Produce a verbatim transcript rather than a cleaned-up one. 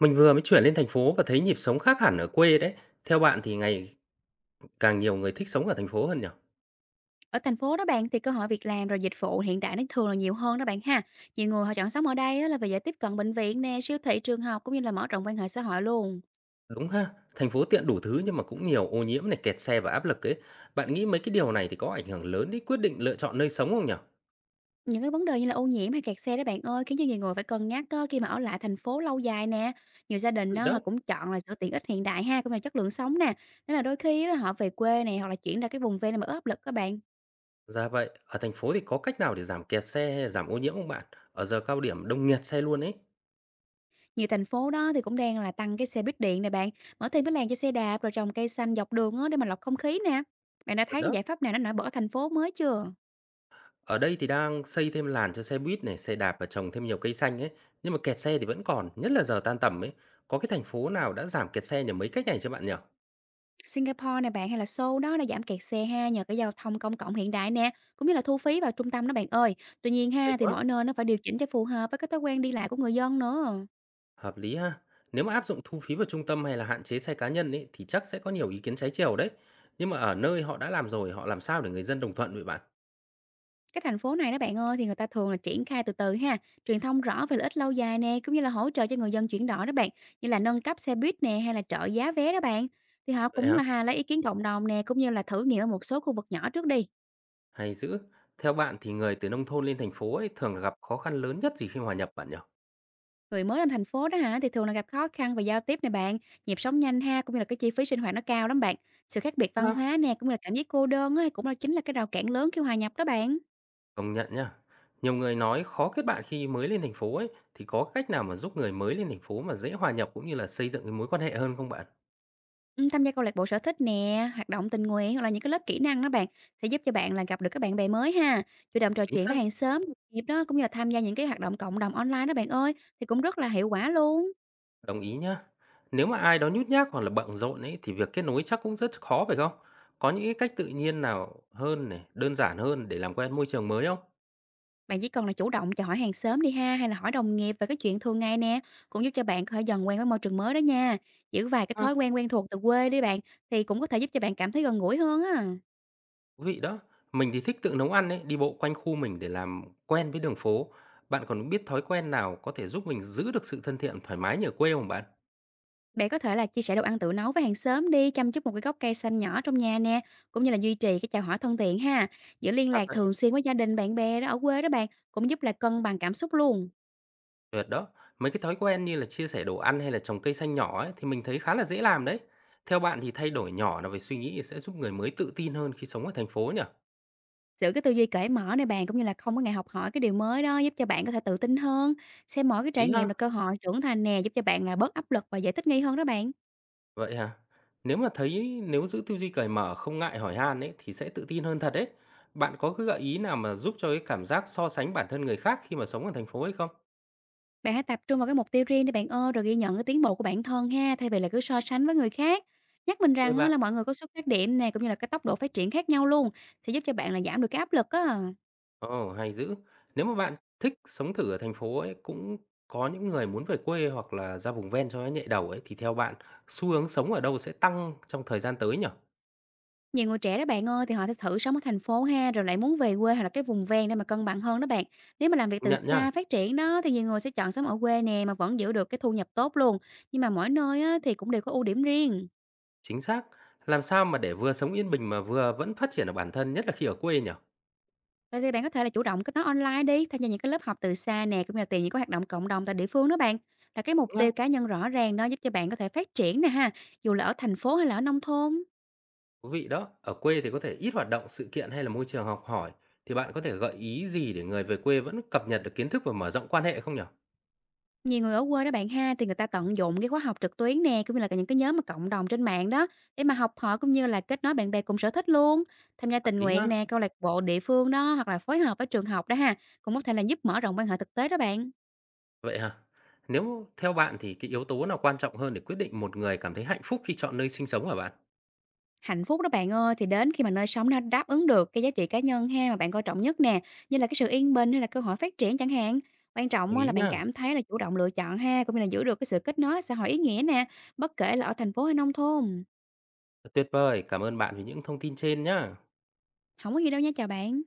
Mình vừa mới chuyển lên thành phố và thấy nhịp sống khác hẳn ở quê đấy. Theo bạn thì ngày càng nhiều người thích sống ở thành phố hơn nhỉ? Ở thành phố đó bạn thì cơ hội việc làm rồi dịch vụ hiện đại nó thường là nhiều hơn đó bạn ha. Nhiều người họ chọn sống ở đây á, là vì dễ tiếp cận bệnh viện nè, siêu thị, trường học cũng như là mở rộng quan hệ xã hội luôn. Đúng ha, thành phố tiện đủ thứ nhưng mà cũng nhiều ô nhiễm này, kẹt xe và áp lực ấy. Bạn nghĩ mấy cái điều này thì có ảnh hưởng lớn đến quyết định lựa chọn nơi sống không nhỉ? Những cái vấn đề như là ô nhiễm hay kẹt xe đó bạn ơi khiến cho nhiều người phải cân nhắc á, khi mà ở lại thành phố lâu dài nè. Nhiều gia đình Vậy á, họ đó. cũng chọn là sự tiện ích hiện đại ha, cũng là chất lượng sống nè. Nên là đôi khi á, là họ về quê nè hoặc là chuyển ra cái vùng ven này mà áp lực các bạn. Dạ vậy, ở thành phố thì có cách nào để giảm kẹt xe hay giảm ô nhiễm không bạn? Ở giờ cao điểm đông nghẹt xe luôn ấy. Nhiều thành phố đó thì cũng đang là tăng cái xe buýt điện này bạn, mở thêm cái làn cho xe đạp, rồi trồng cây xanh dọc đường á để mà lọc không khí nè. Bạn đã Thật thấy cái đó. giải pháp nào nó nổi bật ở thành phố mới chưa? Ở đây thì đang xây thêm làn cho xe buýt này, xe đạp và trồng thêm nhiều cây xanh ấy. Nhưng mà kẹt xe thì vẫn còn, nhất là giờ tan tầm ấy. Có cái thành phố nào đã giảm kẹt xe nhờ mấy cách này cho bạn nhỉ? Singapore này bạn hay là Seoul đó đã giảm kẹt xe ha, nhờ cái giao thông công cộng hiện đại nè, cũng như là thu phí vào trung tâm đó bạn ơi. Tuy nhiên Hay ha, thì quá, mỗi nơi nó phải điều chỉnh cho phù hợp với cái thói quen đi lại của người dân nữa. hợp lý ha. Nếu mà áp dụng thu phí vào trung tâm hay là hạn chế xe cá nhân ấy thì chắc sẽ có nhiều ý kiến trái chiều đấy. Nhưng mà ở nơi họ đã làm rồi, họ làm sao để người dân đồng thuận vậy bạn? Cái thành phố này đó bạn ơi, thì người ta thường là triển khai từ từ ha, truyền thông rõ về lợi ích lâu dài nè, cũng như là hỗ trợ cho người dân chuyển đổi đó bạn, như là nâng cấp xe buýt nè hay là trợ giá vé đó bạn. Thì họ Vậy cũng hả? là ha, lấy ý kiến cộng đồng nè, cũng như là thử nghiệm ở một số khu vực nhỏ trước đi. Hay dữ. Theo bạn thì người từ nông thôn lên thành phố ấy thường gặp khó khăn lớn nhất gì khi hòa nhập bạn nhỉ? Người mới lên thành phố đó hả, thì thường là gặp khó khăn về giao tiếp nè bạn, nhịp sống nhanh ha, cũng như là cái chi phí sinh hoạt nó cao lắm bạn. Sự khác biệt Đúng văn không? hóa nè, cũng như là cảm giác cô đơn á, cũng là chính là cái rào cản lớn khi hòa nhập đó bạn. Công nhận nhá. Nhiều người nói khó kết bạn khi mới lên thành phố ấy, thì có cách nào mà giúp người mới lên thành phố mà dễ hòa nhập cũng như là xây dựng cái mối quan hệ hơn không bạn? Ừm, tham gia câu lạc bộ sở thích nè, hoạt động tình nguyện hoặc là những cái lớp kỹ năng đó bạn, sẽ giúp cho bạn là gặp được các bạn bè mới ha. Chủ động trò Chính chuyện xác. với hàng xóm, đồng nghiệp đó, cũng như là tham gia những cái hoạt động cộng đồng online đó bạn ơi, thì cũng rất là hiệu quả luôn. Đồng ý nhá. Nếu mà ai đó nhút nhát hoặc là bận rộn ấy thì việc kết nối chắc cũng rất khó phải không? Có những cái cách tự nhiên nào hơn này, đơn giản hơn để làm quen môi trường mới không? Bạn chỉ cần là chủ động chào hỏi hàng xóm đi ha, hay là hỏi đồng nghiệp về cái chuyện thường ngày nè, cũng giúp cho bạn có thể dần quen với môi trường mới đó nha. Giữ vài cái À, thói quen quen thuộc từ quê đi bạn, thì cũng có thể giúp cho bạn cảm thấy gần gũi hơn á. thú vị đó. Mình thì thích tự nấu ăn ấy, đi bộ quanh khu mình để làm quen với đường phố. Bạn còn biết thói quen nào có thể giúp mình giữ được sự thân thiện thoải mái như ở quê không bạn? Bạn có thể là chia sẻ đồ ăn tự nấu với hàng xóm đi, chăm chút một cái gốc cây xanh nhỏ trong nhà nè, cũng như là duy trì cái chào hỏi thân thiện ha. Giữ liên À, lạc vậy. thường xuyên với gia đình, bạn bè đó ở quê đó bạn, cũng giúp là cân bằng cảm xúc luôn. Tuyệt đó. Mấy cái thói quen như là chia sẻ đồ ăn hay là trồng cây xanh nhỏ ấy thì mình thấy khá là dễ làm đấy. Theo bạn thì thay đổi nhỏ là về suy nghĩ sẽ giúp người mới tự tin hơn khi sống ở thành phố nhỉ? Giữ cái tư duy cởi mở này bạn, cũng như là không có ngại học hỏi cái điều mới đó, giúp cho bạn có thể tự tin hơn. Xem mỗi cái trải Ý ha. nghiệm là cơ hội trưởng thành nè, giúp cho bạn là bớt áp lực và dễ thích nghi hơn đó bạn. Vậy hả? Nếu mà thấy nếu giữ tư duy cởi mở, không ngại hỏi han ấy thì sẽ tự tin hơn thật đấy. Bạn có cái gợi ý nào mà giúp cho cái cảm giác so sánh bản thân người khác khi mà sống ở thành phố hay không? Bạn hãy tập trung vào cái mục tiêu riêng để bạn ơi, rồi ghi nhận cái tiến bộ của bản thân ha, thay vì là cứ so sánh với người khác. Nhắc mình Đây rằng á bạn. là mọi người có xuất phát điểm nè, cũng như là cái tốc độ phát triển khác nhau luôn, sẽ giúp cho bạn là giảm được cái áp lực á. Ồ, hay dữ. Nếu mà bạn thích sống thử ở thành phố ấy, cũng có những người muốn về quê hoặc là ra vùng ven cho nó nhẹ đầu ấy, thì theo bạn xu hướng sống ở đâu sẽ tăng trong thời gian tới nhỉ? Nhiều người trẻ đó bạn ơi, thì họ sẽ thử sống ở thành phố ha, rồi lại muốn về quê hoặc là cái vùng ven để mà cân bằng hơn đó bạn. Nếu mà làm việc Công từ nhận nhá, xa phát triển đó, thì nhiều người sẽ chọn sống ở quê nè, mà vẫn giữ được cái thu nhập tốt luôn. Nhưng mà mỗi nơi á, thì cũng đều có ưu điểm riêng. chính xác. Làm sao mà để vừa sống yên bình mà vừa vẫn phát triển ở bản thân, nhất là khi ở quê nhỉ? Vậy thì bạn có thể là chủ động kết nối online đi, tham gia những cái lớp học từ xa nè, cũng như là tìm những cái hoạt động cộng đồng tại địa phương đó bạn. Là cái mục Đúng không? tiêu cá nhân rõ ràng đó giúp cho bạn có thể phát triển nè ha, dù là ở thành phố hay là ở nông thôn. Thú vị đó, ở quê thì có thể ít hoạt động, sự kiện hay là môi trường học hỏi, thì bạn có thể gợi ý gì để người về quê vẫn cập nhật được kiến thức và mở rộng quan hệ không nhỉ? Nhiều người ở quê đó bạn ha, thì người ta tận dụng cái khóa học trực tuyến nè, cũng như là những cái nhóm mà cộng đồng trên mạng đó, để mà học hỏi cũng như là kết nối bạn bè cùng sở thích luôn. Tham gia Hợp tình lý ha? nguyện nè, câu lạc bộ địa phương đó, hoặc là phối hợp với trường học đó ha, cũng có thể là giúp mở rộng quan hệ thực tế đó bạn. Vậy hả? Nếu theo bạn thì cái yếu tố nào quan trọng hơn để quyết định một người cảm thấy hạnh phúc khi chọn nơi sinh sống hả bạn? Hạnh phúc đó bạn ơi, thì đến khi mà nơi sống nó đáp ứng được cái giá trị cá nhân ha, mà bạn coi trọng nhất nè, như là cái sự yên bình hay là cơ hội phát triển chẳng hạn. Quan Đồng trọng á ý là bạn nhá. cảm thấy là chủ động lựa chọn ha, cũng như là giữ được cái sự kết nối xã hội ý nghĩa nè, bất kể là ở thành phố hay nông thôn. Tuyệt vời, cảm ơn bạn vì những thông tin trên nhá. Không có gì đâu nha, chào bạn.